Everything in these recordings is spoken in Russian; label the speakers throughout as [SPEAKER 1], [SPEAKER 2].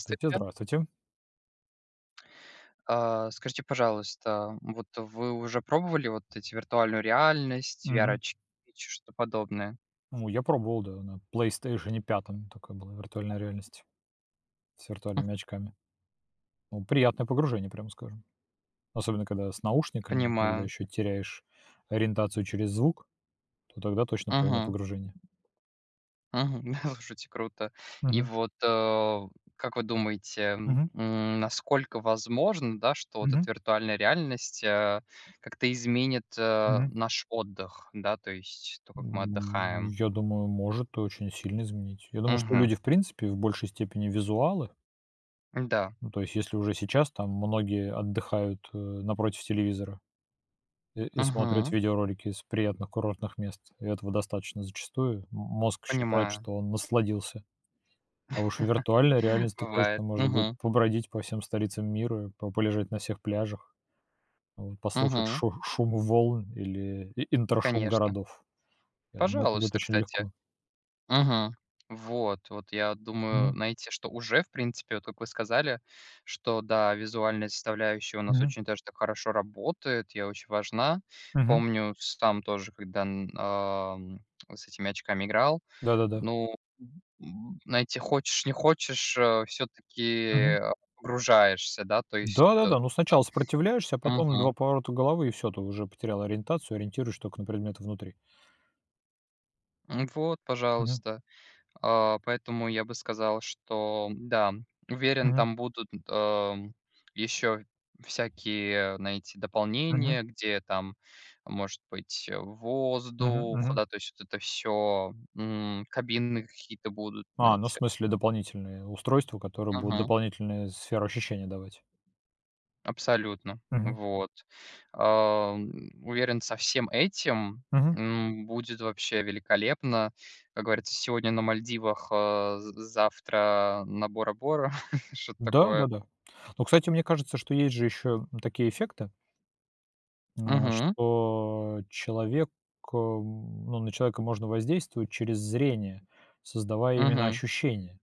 [SPEAKER 1] Здравствуйте, здравствуйте.
[SPEAKER 2] А, скажите, пожалуйста, вот вы уже пробовали вот эти виртуальную реальность,
[SPEAKER 1] Мгм.
[SPEAKER 2] VR-очки, что-то подобное?
[SPEAKER 1] Ну, я пробовал, да, на PlayStation 5 такая была виртуальная реальность с виртуальными очками. Ну, приятное погружение, прямо скажем. Особенно, когда с наушниками, когда
[SPEAKER 2] Понимаю.
[SPEAKER 1] еще теряешь ориентацию через звук, то тогда точно полное
[SPEAKER 2] Мгм.
[SPEAKER 1] погружение.
[SPEAKER 2] Мгм. Слушайте, круто. И
[SPEAKER 1] Мгм.
[SPEAKER 2] вот, как вы думаете,
[SPEAKER 1] Мгм.
[SPEAKER 2] насколько возможно, да, что вот
[SPEAKER 1] Мгм.
[SPEAKER 2] эта виртуальная реальность, как-то изменит,
[SPEAKER 1] Мгм.
[SPEAKER 2] наш отдых, да, то есть то, как мы
[SPEAKER 1] М,
[SPEAKER 2] отдыхаем?
[SPEAKER 1] Я думаю, может очень сильно изменить. Я думаю, что
[SPEAKER 2] Мгм.
[SPEAKER 1] люди, в принципе, в большей степени визуалы.
[SPEAKER 2] Да.
[SPEAKER 1] Ну, то есть, если уже сейчас там многие отдыхают напротив телевизора. И смотрит
[SPEAKER 2] Мгм.
[SPEAKER 1] видеоролики из приятных курортных мест. И этого достаточно зачастую. Мозг считает,
[SPEAKER 2] Понимаю.
[SPEAKER 1] что он насладился. А уж в виртуальной реальности так
[SPEAKER 2] Бывает.
[SPEAKER 1] точно можно будет
[SPEAKER 2] Мгм.
[SPEAKER 1] побродить по всем столицам мира, по полежать на всех пляжах, вот, послушать
[SPEAKER 2] Мгм.
[SPEAKER 1] шу шум волн или интершум
[SPEAKER 2] Конечно.
[SPEAKER 1] городов. Я думаю, это будет
[SPEAKER 2] Пожалуйста,
[SPEAKER 1] очень
[SPEAKER 2] кстати.
[SPEAKER 1] легко.
[SPEAKER 2] Мгм. Вот я думаю
[SPEAKER 1] Мгм,
[SPEAKER 2] найти, что уже, в принципе, вот как вы сказали, что да, визуальная составляющая у нас
[SPEAKER 1] мгм,
[SPEAKER 2] очень даже так хорошо работает и очень важна.
[SPEAKER 1] мгм.
[SPEAKER 2] Помню сам тоже, когда, с этими очками играл,
[SPEAKER 1] Да-да-да.
[SPEAKER 2] ну, знаете, хочешь не хочешь, все таки
[SPEAKER 1] Мгм.
[SPEAKER 2] погружаешься, да, то есть, т
[SPEAKER 1] Да-да-да, ну сначала сопротивляешься, а потом 2
[SPEAKER 2] Мгм.
[SPEAKER 1] поворота головы, и все, ты уже потерял ориентацию, ориентируешь только на предметы внутри.
[SPEAKER 2] Вот,
[SPEAKER 1] Мгм,
[SPEAKER 2] пожалуйста. А, поэтому я бы сказал, что да, уверен,
[SPEAKER 1] мгм,
[SPEAKER 2] там будут, еще всякие, знаете,
[SPEAKER 1] мгм,
[SPEAKER 2] дополнения, где там, может быть,
[SPEAKER 1] мгм,
[SPEAKER 2] воздух,
[SPEAKER 1] мгм.
[SPEAKER 2] да, то есть вот это все кабины какие-то будут,
[SPEAKER 1] А, ну, в
[SPEAKER 2] знаете.
[SPEAKER 1] смысле, дополнительные устройства, которые будут
[SPEAKER 2] Мгм.
[SPEAKER 1] дополнительные сферу ощущения давать.
[SPEAKER 2] Абсолютно.
[SPEAKER 1] Мгм.
[SPEAKER 2] Вот. Ам, уверен, со всем этим,
[SPEAKER 1] Мгм.
[SPEAKER 2] будет вообще великолепно. Как говорится, сегодня на Мальдивах, а з завтра на Бора-Бора, что-то такое.
[SPEAKER 1] Да-да-да. Но, кстати, мне кажется, что есть же еще такие эффекты,
[SPEAKER 2] Мгм,
[SPEAKER 1] что человек, ну, на человека можно воздействовать через зрение, создавая именно
[SPEAKER 2] мгм,
[SPEAKER 1] ощущение,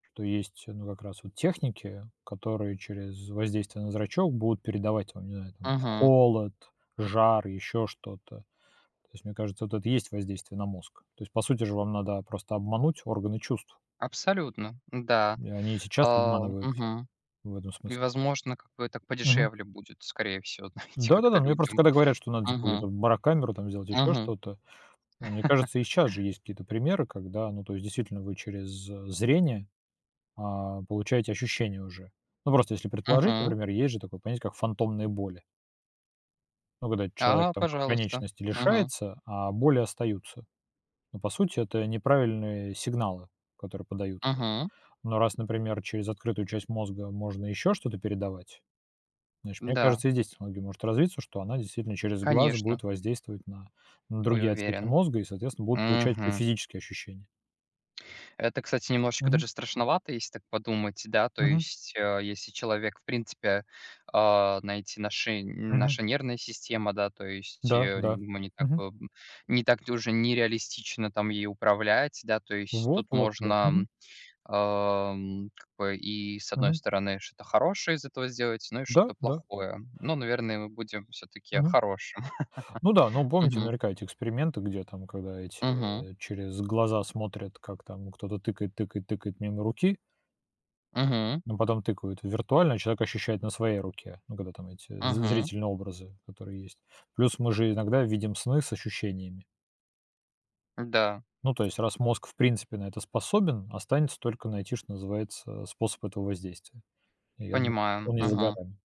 [SPEAKER 1] что есть, ну, как раз вот техники, которые через воздействие на зрачок будут передавать вам, не знаю, там,
[SPEAKER 2] мгм.
[SPEAKER 1] холод, жар, еще что-то. То есть, мне кажется, вот это и есть воздействие на мозг. То есть, по сути же, вам надо просто обмануть органы чувств.
[SPEAKER 2] Абсолютно, да.
[SPEAKER 1] И они и сейчас
[SPEAKER 2] А,
[SPEAKER 1] обманываются
[SPEAKER 2] мгм.
[SPEAKER 1] в этом
[SPEAKER 2] И,
[SPEAKER 1] смысле.
[SPEAKER 2] возможно, как бы так
[SPEAKER 1] Мгм.
[SPEAKER 2] подешевле будет, скорее всего, знаете, как-то
[SPEAKER 1] Да-да-да, ну, я просто
[SPEAKER 2] людям.
[SPEAKER 1] когда говорят, что надо, типа,
[SPEAKER 2] Мгм,
[SPEAKER 1] то барокамеру там сделать, еще
[SPEAKER 2] мгм,
[SPEAKER 1] что-то, ну, мне кажется, и сейчас же есть какие-то примеры, когда, ну, то есть, действительно, вы через, зрение, получаете ощущение уже. Ну, просто если предположить,
[SPEAKER 2] мгм.
[SPEAKER 1] например, есть же такое понятие, как фантомные боли. Ну, когда человек
[SPEAKER 2] А,
[SPEAKER 1] там
[SPEAKER 2] пожалуйста.
[SPEAKER 1] конечности
[SPEAKER 2] Мгм,
[SPEAKER 1] лишается, а боли остаются. Но, по сути, это неправильные сигналы, которые подают.
[SPEAKER 2] мгм.
[SPEAKER 1] Но раз, например, через открытую часть мозга можно еще что-то передавать, значит, мне
[SPEAKER 2] Да,
[SPEAKER 1] кажется, и здесь технология может развиться, что она действительно через глаз
[SPEAKER 2] конечно,
[SPEAKER 1] будет воздействовать на
[SPEAKER 2] ой,
[SPEAKER 1] другие отсеки
[SPEAKER 2] уверен.
[SPEAKER 1] мозга и, соответственно, будут получать еще
[SPEAKER 2] Мгм.
[SPEAKER 1] физические ощущения.
[SPEAKER 2] Это, кстати, немножечко
[SPEAKER 1] Мгм.
[SPEAKER 2] даже страшновато, если так подумать, да. То
[SPEAKER 1] Мгм.
[SPEAKER 2] есть, если человек, в принципе, знаете, наши
[SPEAKER 1] Мгм.
[SPEAKER 2] наша нервная система, да, то есть,
[SPEAKER 1] Да, да.
[SPEAKER 2] мы не так,
[SPEAKER 1] Мгм.
[SPEAKER 2] бы не так уже нереалистично там ей управлять, да. То есть
[SPEAKER 1] Вот,
[SPEAKER 2] тут
[SPEAKER 1] вот, да. Мгм.
[SPEAKER 2] можно, как бы и, с одной
[SPEAKER 1] Мгм.
[SPEAKER 2] стороны, что-то хорошее из этого сделать, ну и
[SPEAKER 1] Да,
[SPEAKER 2] что-то
[SPEAKER 1] да.
[SPEAKER 2] плохое. Ну, наверное, мы будем все-таки
[SPEAKER 1] Мгм.
[SPEAKER 2] хорошим.
[SPEAKER 1] Ну да, ну
[SPEAKER 2] Хорошем.
[SPEAKER 1] помните
[SPEAKER 2] Мгм.
[SPEAKER 1] наверняка эти эксперименты, где там, когда эти
[SPEAKER 2] Мгм.
[SPEAKER 1] через глаза смотрят, как там кто-то тыкает, тыкает, тыкает мимо руки.
[SPEAKER 2] Мгм.
[SPEAKER 1] Но потом тыкают виртуально, человек ощущает на своей руке, ну, когда там эти з
[SPEAKER 2] Мгм.
[SPEAKER 1] зрительные образы, которые есть. Плюс мы же иногда видим сны с ощущениями.
[SPEAKER 2] Да,
[SPEAKER 1] Ну, то есть, раз мозг, в принципе, на это способен, останется только найти, что называется, способ этого воздействия. И я думаю,
[SPEAKER 2] понимаю.
[SPEAKER 1] он не за
[SPEAKER 2] Мгм.
[SPEAKER 1] горами.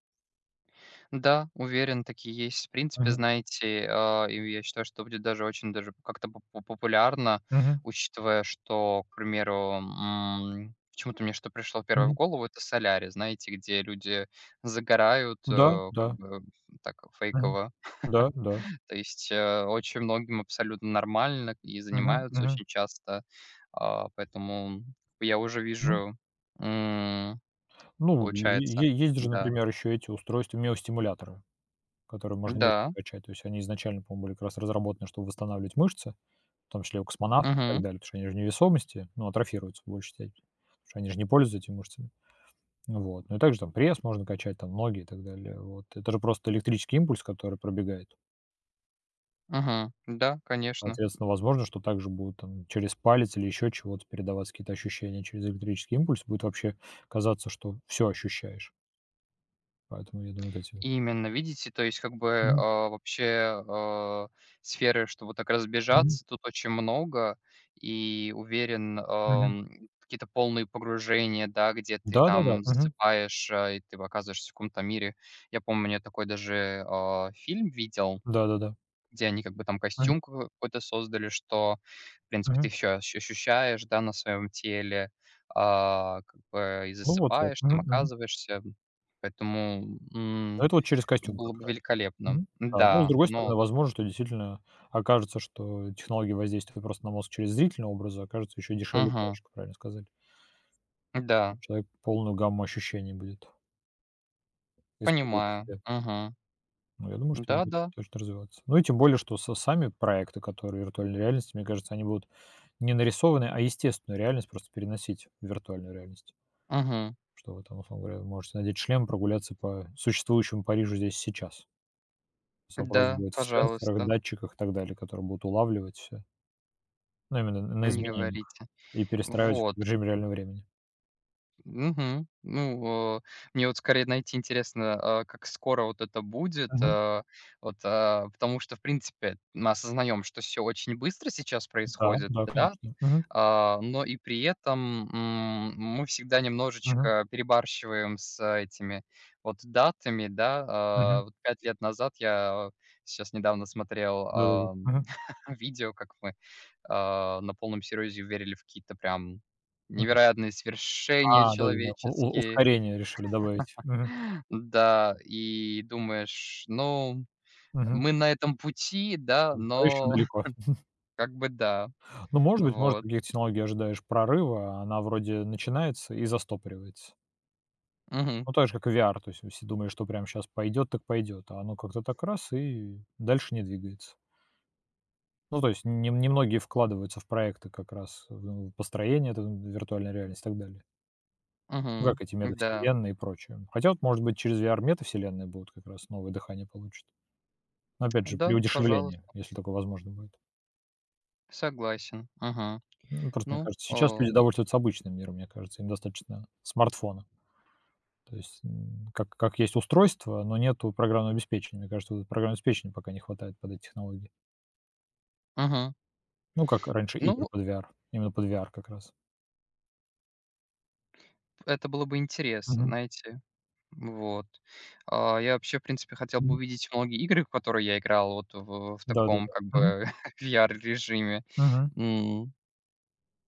[SPEAKER 2] Да, уверен, такие есть. В принципе,
[SPEAKER 1] Мгм.
[SPEAKER 2] знаете, и я считаю, что будет даже очень даже как-то популярно,
[SPEAKER 1] Мгм.
[SPEAKER 2] учитывая, что, к примеру, почему-то мне что пришло первое в
[SPEAKER 1] Мгм.
[SPEAKER 2] голову, это солярий, знаете, где люди загорают,
[SPEAKER 1] Да,
[SPEAKER 2] как
[SPEAKER 1] да.
[SPEAKER 2] бы так
[SPEAKER 1] Мгм.
[SPEAKER 2] фейково.
[SPEAKER 1] Да, да.
[SPEAKER 2] То есть очень многим абсолютно нормально и
[SPEAKER 1] Мгм.
[SPEAKER 2] занимаются
[SPEAKER 1] Мгм.
[SPEAKER 2] очень часто. А, поэтому я уже
[SPEAKER 1] М.
[SPEAKER 2] вижу, м,
[SPEAKER 1] Ну, е
[SPEAKER 2] получается,
[SPEAKER 1] е есть же,
[SPEAKER 2] да,
[SPEAKER 1] например, еще эти устройства, миостимуляторы, которые можно мышцы
[SPEAKER 2] да,
[SPEAKER 1] качать. То есть они изначально, по-моему, были как раз разработаны, чтобы восстанавливать мышцы. В том числе у космонавтов и так
[SPEAKER 2] угу.
[SPEAKER 1] далее, потому что они же невесомости, ну, атрофируются в большей степени, потому что они же не пользуются этими мышцами. Вот. Ну и также там пресс можно качать, там ноги и так далее. Вот. Это же просто электрический импульс, который пробегает.
[SPEAKER 2] Мгм. Да, конечно.
[SPEAKER 1] Соответственно, возможно, что также будут там через палец или еще чего-то передаваться какие-то ощущения через электрический импульс. Будет вообще казаться, что все ощущаешь. Поэтому я думаю, вот эти.
[SPEAKER 2] Именно, видите, то есть как бы,
[SPEAKER 1] Мгм,
[SPEAKER 2] вообще, сферы, чтобы так
[SPEAKER 1] мгм,
[SPEAKER 2] разбежаться, тут очень много. И уверен,
[SPEAKER 1] мгм.
[SPEAKER 2] какие-то полные погружения, да, где ты
[SPEAKER 1] Да-да-да,
[SPEAKER 2] там
[SPEAKER 1] мгм.
[SPEAKER 2] засыпаешь, и ты оказываешься в каком-то мире. Я помню, я такой даже, фильм видел,
[SPEAKER 1] Да-да-да.
[SPEAKER 2] где они как бы там
[SPEAKER 1] Мгм,
[SPEAKER 2] костюм ка какой-то создали, что, в принципе,
[SPEAKER 1] мгм.
[SPEAKER 2] ты все ощ ощущаешь, да, на своем теле, как бы и
[SPEAKER 1] Ну вот вот.
[SPEAKER 2] засыпаешь, там
[SPEAKER 1] Мгм, мгм.
[SPEAKER 2] оказываешься. Поэтому,
[SPEAKER 1] Ну, это вот через костюм как
[SPEAKER 2] было бы
[SPEAKER 1] раз.
[SPEAKER 2] великолепно.
[SPEAKER 1] Мгм. Да, ну, с
[SPEAKER 2] Да,
[SPEAKER 1] другой стороны,
[SPEAKER 2] но.
[SPEAKER 1] возможно, что действительно окажется, что технология воздействия просто на мозг через зрительные образы окажется еще дешевле и
[SPEAKER 2] Мгм.
[SPEAKER 1] проще, как правильно сказали.
[SPEAKER 2] Да,
[SPEAKER 1] Человек полную гамму ощущений будет испытывать на
[SPEAKER 2] понимаю.
[SPEAKER 1] себе.
[SPEAKER 2] Мгм.
[SPEAKER 1] Ну, я думаю, что будет
[SPEAKER 2] Да-да.
[SPEAKER 1] точно развиваться. Ну и тем более, что со сами проекты, которые виртуальной реальности, мне кажется, они будут не нарисованные, а естественную реальность просто переносить в виртуальную реальность.
[SPEAKER 2] Мгм.
[SPEAKER 1] Что вы там, условно говоря, можете надеть шлем, прогуляться по существующему Парижу здесь сейчас. С Вопрос
[SPEAKER 2] Да,
[SPEAKER 1] будет в сенсорах,
[SPEAKER 2] пожалуйста,
[SPEAKER 1] датчиках и так далее, которые будут улавливать все. Ну, именно на
[SPEAKER 2] не
[SPEAKER 1] изменениях
[SPEAKER 2] говорите.
[SPEAKER 1] и перестраивать
[SPEAKER 2] Вот.
[SPEAKER 1] в режим реального времени.
[SPEAKER 2] Мгм. Ну, мне вот скорее найти интересно, как скоро вот это будет.
[SPEAKER 1] Мгм.
[SPEAKER 2] Вот, потому что, в принципе, мы осознаем, что все очень быстро сейчас
[SPEAKER 1] Да,
[SPEAKER 2] происходит,
[SPEAKER 1] да,
[SPEAKER 2] да,
[SPEAKER 1] конечно. Мгм.
[SPEAKER 2] но и при этом мы всегда
[SPEAKER 1] Мгм.
[SPEAKER 2] немножечко перебарщиваем с этими вот датами, да.
[SPEAKER 1] Мгм.
[SPEAKER 2] Вот 5 лет назад я сейчас недавно смотрел
[SPEAKER 1] Да-да-да. Мгм.
[SPEAKER 2] видео, как мы на полном серьезе верили в какие-то прям
[SPEAKER 1] Мгм.
[SPEAKER 2] невероятные свершения
[SPEAKER 1] А, да-да-да. У
[SPEAKER 2] человеческие.
[SPEAKER 1] Ускорение решили добавить. Мгм.
[SPEAKER 2] Да, и думаешь: "Ну,
[SPEAKER 1] Мгм.
[SPEAKER 2] мы на этом пути, да,
[SPEAKER 1] Но еще
[SPEAKER 2] но
[SPEAKER 1] далеко.
[SPEAKER 2] как бы да".
[SPEAKER 1] Ну, может быть, может,
[SPEAKER 2] Вот.
[SPEAKER 1] таких технологий ожидаешь прорыва, а она вроде начинается и застопоривается.
[SPEAKER 2] Мгм,
[SPEAKER 1] Ну, так же, как и VR. То есть, если думаешь, что прямо сейчас пойдет, так пойдет, а оно как-то так раз и дальше не двигается. Ну, то есть не немногие вкладываются в проекты как раз, в ну, построение этой виртуальной реальности и так далее. Ну, как
[SPEAKER 2] мгм.
[SPEAKER 1] эти
[SPEAKER 2] Да,
[SPEAKER 1] метавселенные и прочее. Хотя вот, может быть, через VR метавселенные будут как раз новое дыхание получат. Но опять же, при
[SPEAKER 2] да,
[SPEAKER 1] удешевлении,
[SPEAKER 2] пожалуйста,
[SPEAKER 1] если такое возможно будет.
[SPEAKER 2] согласен. Мгм.
[SPEAKER 1] Ну, просто мне
[SPEAKER 2] Ну,
[SPEAKER 1] кажется, сейчас люди довольствуются обычным миром, мне кажется, им достаточно смартфона. То есть, как есть устройство, но нету программного обеспечения. Мне кажется, вот это программное пока не хватает под эти технологии.
[SPEAKER 2] мгм.
[SPEAKER 1] Ну, как раньше игры
[SPEAKER 2] Ну,
[SPEAKER 1] под VR, именно под VR как раз.
[SPEAKER 2] это было бы интересно,
[SPEAKER 1] Мгм.
[SPEAKER 2] знаете. Вот. А, я вообще, в принципе, хотел бы
[SPEAKER 1] Мгм.
[SPEAKER 2] увидеть многие игры, в которые я играл вот в таком
[SPEAKER 1] Да-да-да.
[SPEAKER 2] как
[SPEAKER 1] Мгм.
[SPEAKER 2] бы VR режиме.
[SPEAKER 1] Мгм.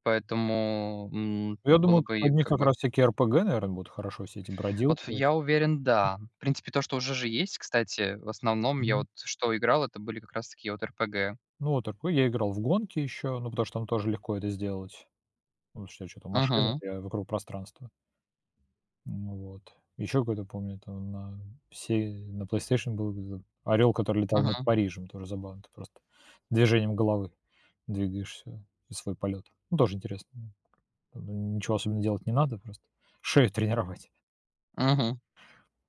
[SPEAKER 2] Поэтому,
[SPEAKER 1] Я
[SPEAKER 2] вот было
[SPEAKER 1] думаю, к
[SPEAKER 2] бы и
[SPEAKER 1] под них
[SPEAKER 2] как
[SPEAKER 1] как
[SPEAKER 2] бы
[SPEAKER 1] раз всякие РПГ, наверное, будут хорошо, все эти
[SPEAKER 2] вот ф
[SPEAKER 1] бродилки.
[SPEAKER 2] я уверен, да. В принципе, то, что уже же есть, кстати, в основном я
[SPEAKER 1] Мгм.
[SPEAKER 2] вот что играл, это были как раз такие вот РПГ.
[SPEAKER 1] Ну, вот такой. Я играл в гонки еще, ну, потому что там тоже легко это сделать. Ну, потому что чё-то машина,
[SPEAKER 2] Мгм,
[SPEAKER 1] я вокруг пространства. Ну вот. Еще какой-то, помню, там на PlayStation был орел, который летал над
[SPEAKER 2] мгм,
[SPEAKER 1] Парижем. Тоже забавно. Ты просто движением головы двигаешься и свой полет. Ну, тоже интересно. Там ничего особенно делать не надо, просто шею тренировать.
[SPEAKER 2] мгм.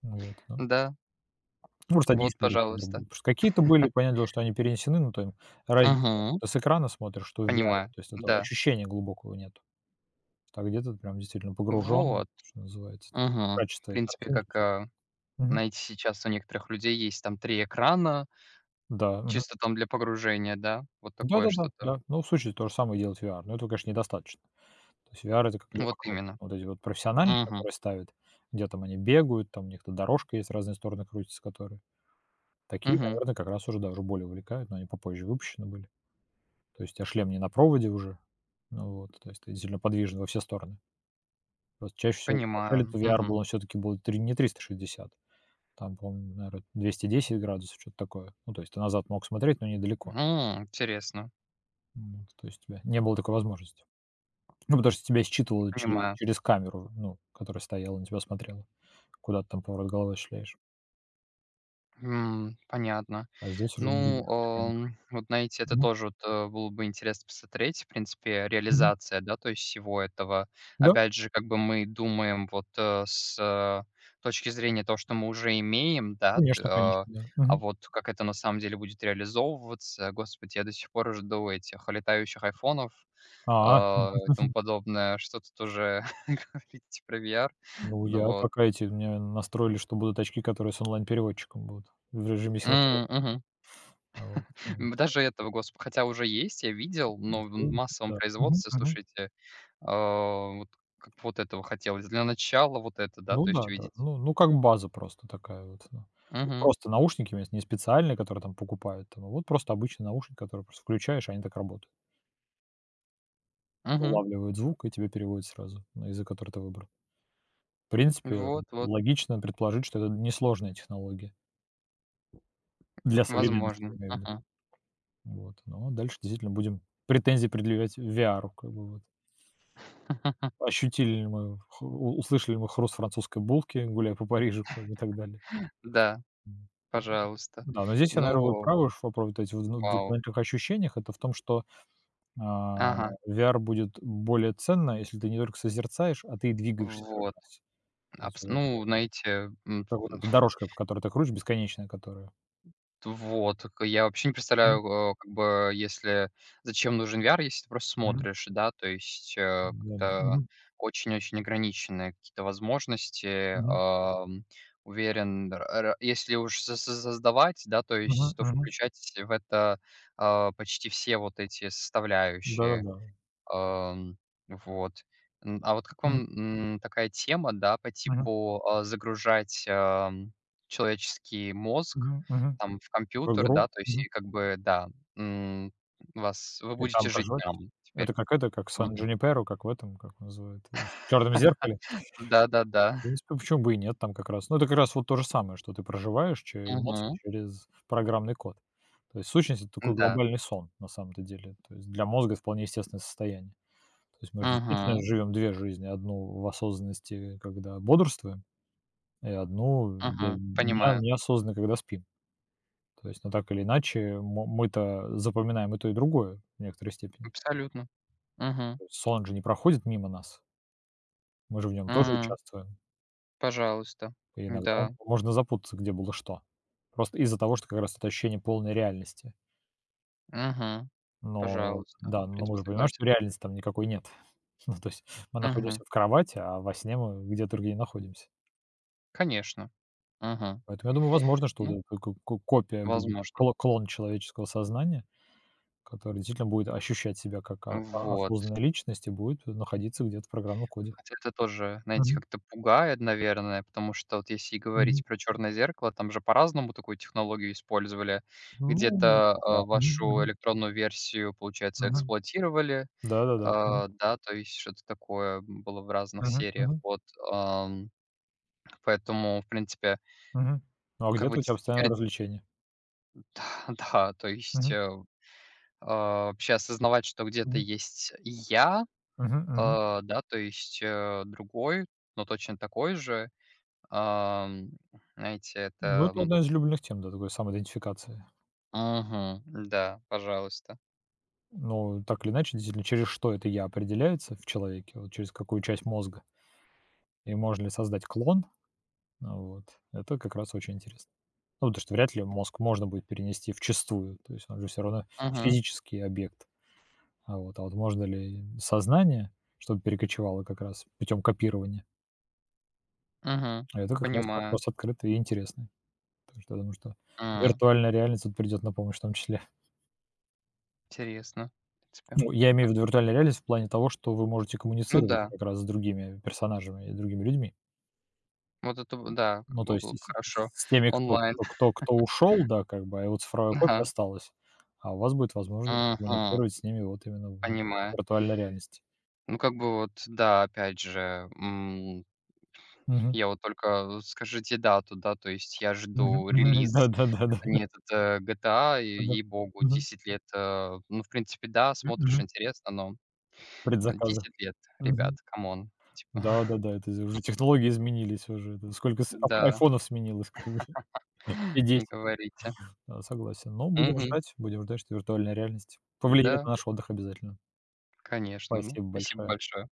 [SPEAKER 1] Ну, вот.
[SPEAKER 2] Да,
[SPEAKER 1] Ну, просто одни из
[SPEAKER 2] вот,
[SPEAKER 1] первых игр были.
[SPEAKER 2] пожалуйста.
[SPEAKER 1] Потому что какие-то были, понятное дело, что они перенесены, но там разница нет, что
[SPEAKER 2] Мгм.
[SPEAKER 1] ты с экрана смотришь, что в VR.
[SPEAKER 2] Понимаю,
[SPEAKER 1] То есть этого
[SPEAKER 2] да.
[SPEAKER 1] ощущения глубокого нету. А где-то ты прям действительно погружен,
[SPEAKER 2] Вот,
[SPEAKER 1] что называется, там,
[SPEAKER 2] мгм. В
[SPEAKER 1] качество и
[SPEAKER 2] принципе,
[SPEAKER 1] картинки,
[SPEAKER 2] как,
[SPEAKER 1] всё. Мгм.
[SPEAKER 2] знаете, сейчас у некоторых людей есть там 3 экрана,
[SPEAKER 1] Да, мгм.
[SPEAKER 2] чисто там для погружения, да, вот такое
[SPEAKER 1] Да-да-да,
[SPEAKER 2] что-то.
[SPEAKER 1] да. Ну, в случае то же самое делает VR, но этого, конечно, недостаточно. То есть VR — это когда
[SPEAKER 2] Вот
[SPEAKER 1] вокруг
[SPEAKER 2] именно.
[SPEAKER 1] вот эти вот профессиональные,
[SPEAKER 2] Мгм,
[SPEAKER 1] которые ставят, где там они бегают, там у них-то дорожка есть, в разные стороны крутятся, которые. Такие,
[SPEAKER 2] мгм.
[SPEAKER 1] наверное, как раз уже даже более увлекают, но они попозже выпущены были. То есть у тя шлем не на проводе уже. Ну вот, то есть ты действительно подвижен во все стороны. Просто чаще всего вначале то
[SPEAKER 2] Понимаю,
[SPEAKER 1] VR был,
[SPEAKER 2] мгм.
[SPEAKER 1] он всё-таки был три не 360 там, по-моему, наверно, 210 градусов, что то такое. Ну, то есть ты назад мог смотреть, но недалеко.
[SPEAKER 2] Интересно.
[SPEAKER 1] Вот, то есть у тебя не было такой возможности. Ну, потому что тебя считывало че
[SPEAKER 2] Понимаю.
[SPEAKER 1] через камеру, ну, которая стояла, на тебя смотрела, куда ты там поворот головы осуществляешь.
[SPEAKER 2] Понятно.
[SPEAKER 1] А здесь уже не
[SPEAKER 2] Ну,
[SPEAKER 1] видишь механику.
[SPEAKER 2] вот знаете, это
[SPEAKER 1] Мгм,
[SPEAKER 2] тоже вот, было бы интересно посмотреть, в принципе,
[SPEAKER 1] мгм.
[SPEAKER 2] реализация, да, то есть всего этого.
[SPEAKER 1] Да,
[SPEAKER 2] Опять же, как бы мы думаем вот, с, точки зрения того, что мы уже имеем, да,
[SPEAKER 1] конечно, да.
[SPEAKER 2] а
[SPEAKER 1] Мгм.
[SPEAKER 2] вот как это на самом деле будет реализовываться. Господи, я до сих пор жду этих летающих "Айфонов",
[SPEAKER 1] А.
[SPEAKER 2] и тому подобное. Что тут уже говорить про VR?
[SPEAKER 1] Ну,
[SPEAKER 2] Ну
[SPEAKER 1] я
[SPEAKER 2] вот.
[SPEAKER 1] пока эти меня настроили, что будут очки, которые с онлайн-переводчиком будут в режиме синхрона.
[SPEAKER 2] М, мгм.
[SPEAKER 1] А вот,
[SPEAKER 2] Даже этого, госп хотя уже есть, я видел, но в
[SPEAKER 1] ну
[SPEAKER 2] массовом
[SPEAKER 1] да. Мгм,
[SPEAKER 2] производстве,
[SPEAKER 1] мгм.
[SPEAKER 2] слушайте, вот как вот этого хотелось. Для начала вот это, да,
[SPEAKER 1] Ну
[SPEAKER 2] то есть
[SPEAKER 1] да, да.
[SPEAKER 2] увидеть.
[SPEAKER 1] Ну ну, как база просто такая вот, ну. То есть
[SPEAKER 2] Угу.
[SPEAKER 1] просто наушники у есть не специальные, которые там покупают там, а ну, вот просто обычные наушники, которые просто включаешь, они так работают.
[SPEAKER 2] Угу.
[SPEAKER 1] Улавливают звук и тебе переводят сразу на язык, который ты выбрал. В принципе,
[SPEAKER 2] Вот,
[SPEAKER 1] логично предположить, что это несложная технология. Для современности, я
[SPEAKER 2] возможно.
[SPEAKER 1] имею в виду.
[SPEAKER 2] Ага.
[SPEAKER 1] Вот. Но дальше действительно будем претензии предъявлять VR, как бы вот. Ощутили ли мы, хр у услышали ли мы хруст французской булки, гуляя по Парижу, как бы и так далее.
[SPEAKER 2] Да,
[SPEAKER 1] М.
[SPEAKER 2] пожалуйста.
[SPEAKER 1] Да, но здесь я, наверное, вы
[SPEAKER 2] Ну,
[SPEAKER 1] правы, что про вот эти вот вну
[SPEAKER 2] вау.
[SPEAKER 1] дополнительных ощущениях. Это в том, что, а,
[SPEAKER 2] Ага,
[SPEAKER 1] VR будет более ценно, если ты не только созерцаешь, а ты и двигаешься как
[SPEAKER 2] вот.
[SPEAKER 1] раз. То есть
[SPEAKER 2] Абс
[SPEAKER 1] вот,
[SPEAKER 2] ну, знаете,
[SPEAKER 1] как вот эта дорожка, по которой ты крутишь, бесконечная которая.
[SPEAKER 2] вот, так я вообще не
[SPEAKER 1] Мгм,
[SPEAKER 2] представляю, как бы, если зачем нужен VR, если ты просто
[SPEAKER 1] мгм.
[SPEAKER 2] смотришь, да, то есть,
[SPEAKER 1] Да-да.
[SPEAKER 2] как-то
[SPEAKER 1] Мгм,
[SPEAKER 2] очень-очень ограниченные какие-то возможности.
[SPEAKER 1] мгм,
[SPEAKER 2] Уверен, р р если уж со со создавать, да, то
[SPEAKER 1] мгм,
[SPEAKER 2] есть, то
[SPEAKER 1] мгм.
[SPEAKER 2] включать в это, почти все вот эти составляющие.
[SPEAKER 1] Да-да-да.
[SPEAKER 2] Ам, вот. А вот как
[SPEAKER 1] Мгм,
[SPEAKER 2] вам, такая тема, да, по
[SPEAKER 1] мгм,
[SPEAKER 2] типу, загружать, человеческий мозг
[SPEAKER 1] мгм, мгм.
[SPEAKER 2] там в
[SPEAKER 1] В
[SPEAKER 2] компьютер,
[SPEAKER 1] игру.
[SPEAKER 2] да, то есть и как бы, да, м, вас вы
[SPEAKER 1] И там
[SPEAKER 2] будете жить
[SPEAKER 1] проживать.
[SPEAKER 2] там теперь.
[SPEAKER 1] Это, как
[SPEAKER 2] Мгм.
[SPEAKER 1] Сан-Джуниперо, как в этом, как он называет, в "Черном зеркале".
[SPEAKER 2] Да-да-да.
[SPEAKER 1] В принципе, почему бы и нет там как раз. Ну, это как раз вот то же самое, что ты проживаешь че эмоции
[SPEAKER 2] Мгм.
[SPEAKER 1] через программный код. То есть в сущности, это такой
[SPEAKER 2] Да.
[SPEAKER 1] глобальный сон на самом-то деле. То есть для мозга вполне естественное состояние. То есть мы же действительно
[SPEAKER 2] Мгм.
[SPEAKER 1] живем 2 жизни: одну в осознанности, когда бодрствуем, и одну бе
[SPEAKER 2] Мгм.
[SPEAKER 1] нео
[SPEAKER 2] Понимаю.
[SPEAKER 1] неосознанно, когда спим. То есть, ну, так или иначе, мо мы-то запоминаем и то, и другое в некоторой степени.
[SPEAKER 2] Абсолютно. Мгм.
[SPEAKER 1] Сон же не проходит мимо нас. Мы же в нем тоже
[SPEAKER 2] М.
[SPEAKER 1] участвуем,
[SPEAKER 2] Пожалуйста.
[SPEAKER 1] и иногда
[SPEAKER 2] Да.
[SPEAKER 1] можно запутаться, где было что. Просто из-за того, что как раз это ощущение полной реальности.
[SPEAKER 2] Мгм.
[SPEAKER 1] Но
[SPEAKER 2] Пожалуйста.
[SPEAKER 1] да,
[SPEAKER 2] В
[SPEAKER 1] но мы
[SPEAKER 2] принципе,
[SPEAKER 1] же понимаем, что
[SPEAKER 2] согласен.
[SPEAKER 1] реальности там никакой нет. Ну, то есть мы
[SPEAKER 2] Мгм.
[SPEAKER 1] находимся в кровати, а во сне мы где-то другие находимся.
[SPEAKER 2] Конечно. Мгм.
[SPEAKER 1] Поэтому я думаю, возможно, что вот
[SPEAKER 2] Ну,
[SPEAKER 1] эта ко ко копия будет,
[SPEAKER 2] возможно.
[SPEAKER 1] клон человеческого сознания, который действительно будет ощущать себя как о о
[SPEAKER 2] Вот.
[SPEAKER 1] осознанная личность и будет находиться где-то в программном коде.
[SPEAKER 2] Хотя это тоже, знаете,
[SPEAKER 1] Мгм,
[SPEAKER 2] как-то пугает, наверное, потому что вот если
[SPEAKER 1] мгм.
[SPEAKER 2] говорить про "Черное зеркало", там же по-разному такую технологию использовали.
[SPEAKER 1] Ну
[SPEAKER 2] Где-то,
[SPEAKER 1] да. Мгм,
[SPEAKER 2] вашу
[SPEAKER 1] мгм,
[SPEAKER 2] электронную версию, получается,
[SPEAKER 1] мгм.
[SPEAKER 2] эксплуатировали,
[SPEAKER 1] Да-да-да. Мгм,
[SPEAKER 2] да, то есть что-то такое было в разных
[SPEAKER 1] мгм,
[SPEAKER 2] сериях.
[SPEAKER 1] мгм.
[SPEAKER 2] Вот, ам, поэтому, в принципе,
[SPEAKER 1] Мгм. Ну, а
[SPEAKER 2] как
[SPEAKER 1] где-то
[SPEAKER 2] бы
[SPEAKER 1] у тебя постоянное
[SPEAKER 2] теперь
[SPEAKER 1] развлечение.
[SPEAKER 2] да, то есть,
[SPEAKER 1] Мгм.
[SPEAKER 2] вообще осознавать, что где-то
[SPEAKER 1] Мгм.
[SPEAKER 2] есть я.
[SPEAKER 1] Мгм. Мгм.
[SPEAKER 2] А, да, то есть, другой, но точно такой же. Ам, знаете,
[SPEAKER 1] Ну,
[SPEAKER 2] это,
[SPEAKER 1] это
[SPEAKER 2] м.
[SPEAKER 1] одна из любимых тем, да, такой самоидентификации.
[SPEAKER 2] Мгм. Да, пожалуйста.
[SPEAKER 1] Ну, так или иначе, действительно, через что это "я" определяется в человеке, вот через какую часть мозга, и можно ли создать клон, вот, это как раз очень интересно. Ну, потому что вряд ли мозг можно будет перенести в чистую, то есть он же все равно
[SPEAKER 2] Мгм,
[SPEAKER 1] физический объект. А вот можно ли сознание, чтобы перекочевало как раз путем копирования,
[SPEAKER 2] мгм.
[SPEAKER 1] а это как раз
[SPEAKER 2] Понимаю.
[SPEAKER 1] вопрос открытый и интересный. Так что я думаю, что
[SPEAKER 2] М.
[SPEAKER 1] виртуальная реальность тут придет на помощь в том числе.
[SPEAKER 2] Интересно, в принципе.
[SPEAKER 1] Ну, я имею в виду виртуальную реальность в плане того, что вы можете
[SPEAKER 2] Ну
[SPEAKER 1] коммуницировать
[SPEAKER 2] да,
[SPEAKER 1] как раз с другими персонажами и другими людьми.
[SPEAKER 2] вот это б да, как
[SPEAKER 1] Ну, то
[SPEAKER 2] бы было
[SPEAKER 1] есть и
[SPEAKER 2] бы
[SPEAKER 1] с
[SPEAKER 2] хорошо
[SPEAKER 1] с теми, кто
[SPEAKER 2] онлайн.
[SPEAKER 1] кто кто кто ушёл, да, как бы, а его цифровая копия осталась, а у вас будет возможность
[SPEAKER 2] Ага. Мгм.
[SPEAKER 1] коммуницировать с ними вот именно в
[SPEAKER 2] Понимаю.
[SPEAKER 1] виртуальной реальности.
[SPEAKER 2] Ну, как бы вот, да, опять же,
[SPEAKER 1] Мгм.
[SPEAKER 2] Я вот только скажите дату, да, то есть я
[SPEAKER 1] Мгм.
[SPEAKER 2] жду
[SPEAKER 1] Мгм.
[SPEAKER 2] релиз.
[SPEAKER 1] Да-да-да-да.
[SPEAKER 2] Это не этот, GTA, и
[SPEAKER 1] Да.
[SPEAKER 2] ей-богу,
[SPEAKER 1] Мгм.
[SPEAKER 2] 10 лет. Ну, в принципе, да, смотришь,
[SPEAKER 1] Мгм.
[SPEAKER 2] интересно, но
[SPEAKER 1] Предзаказы.
[SPEAKER 2] 10 лет, ребят,
[SPEAKER 1] Мгм.
[SPEAKER 2] камон. Типа,
[SPEAKER 1] Да-да-да, это уже технологии изменились уже. Это сколько с а
[SPEAKER 2] да,
[SPEAKER 1] айфонов сменилось, как бы. Все
[SPEAKER 2] не
[SPEAKER 1] 10.
[SPEAKER 2] говорите.
[SPEAKER 1] Да, согласен. Но
[SPEAKER 2] Мгм.
[SPEAKER 1] будем ждать, что виртуальная реальность повлияет
[SPEAKER 2] Да,
[SPEAKER 1] на наш отдых обязательно.
[SPEAKER 2] конечно. Ну,
[SPEAKER 1] Спасибо
[SPEAKER 2] спасибо
[SPEAKER 1] большое.
[SPEAKER 2] большое.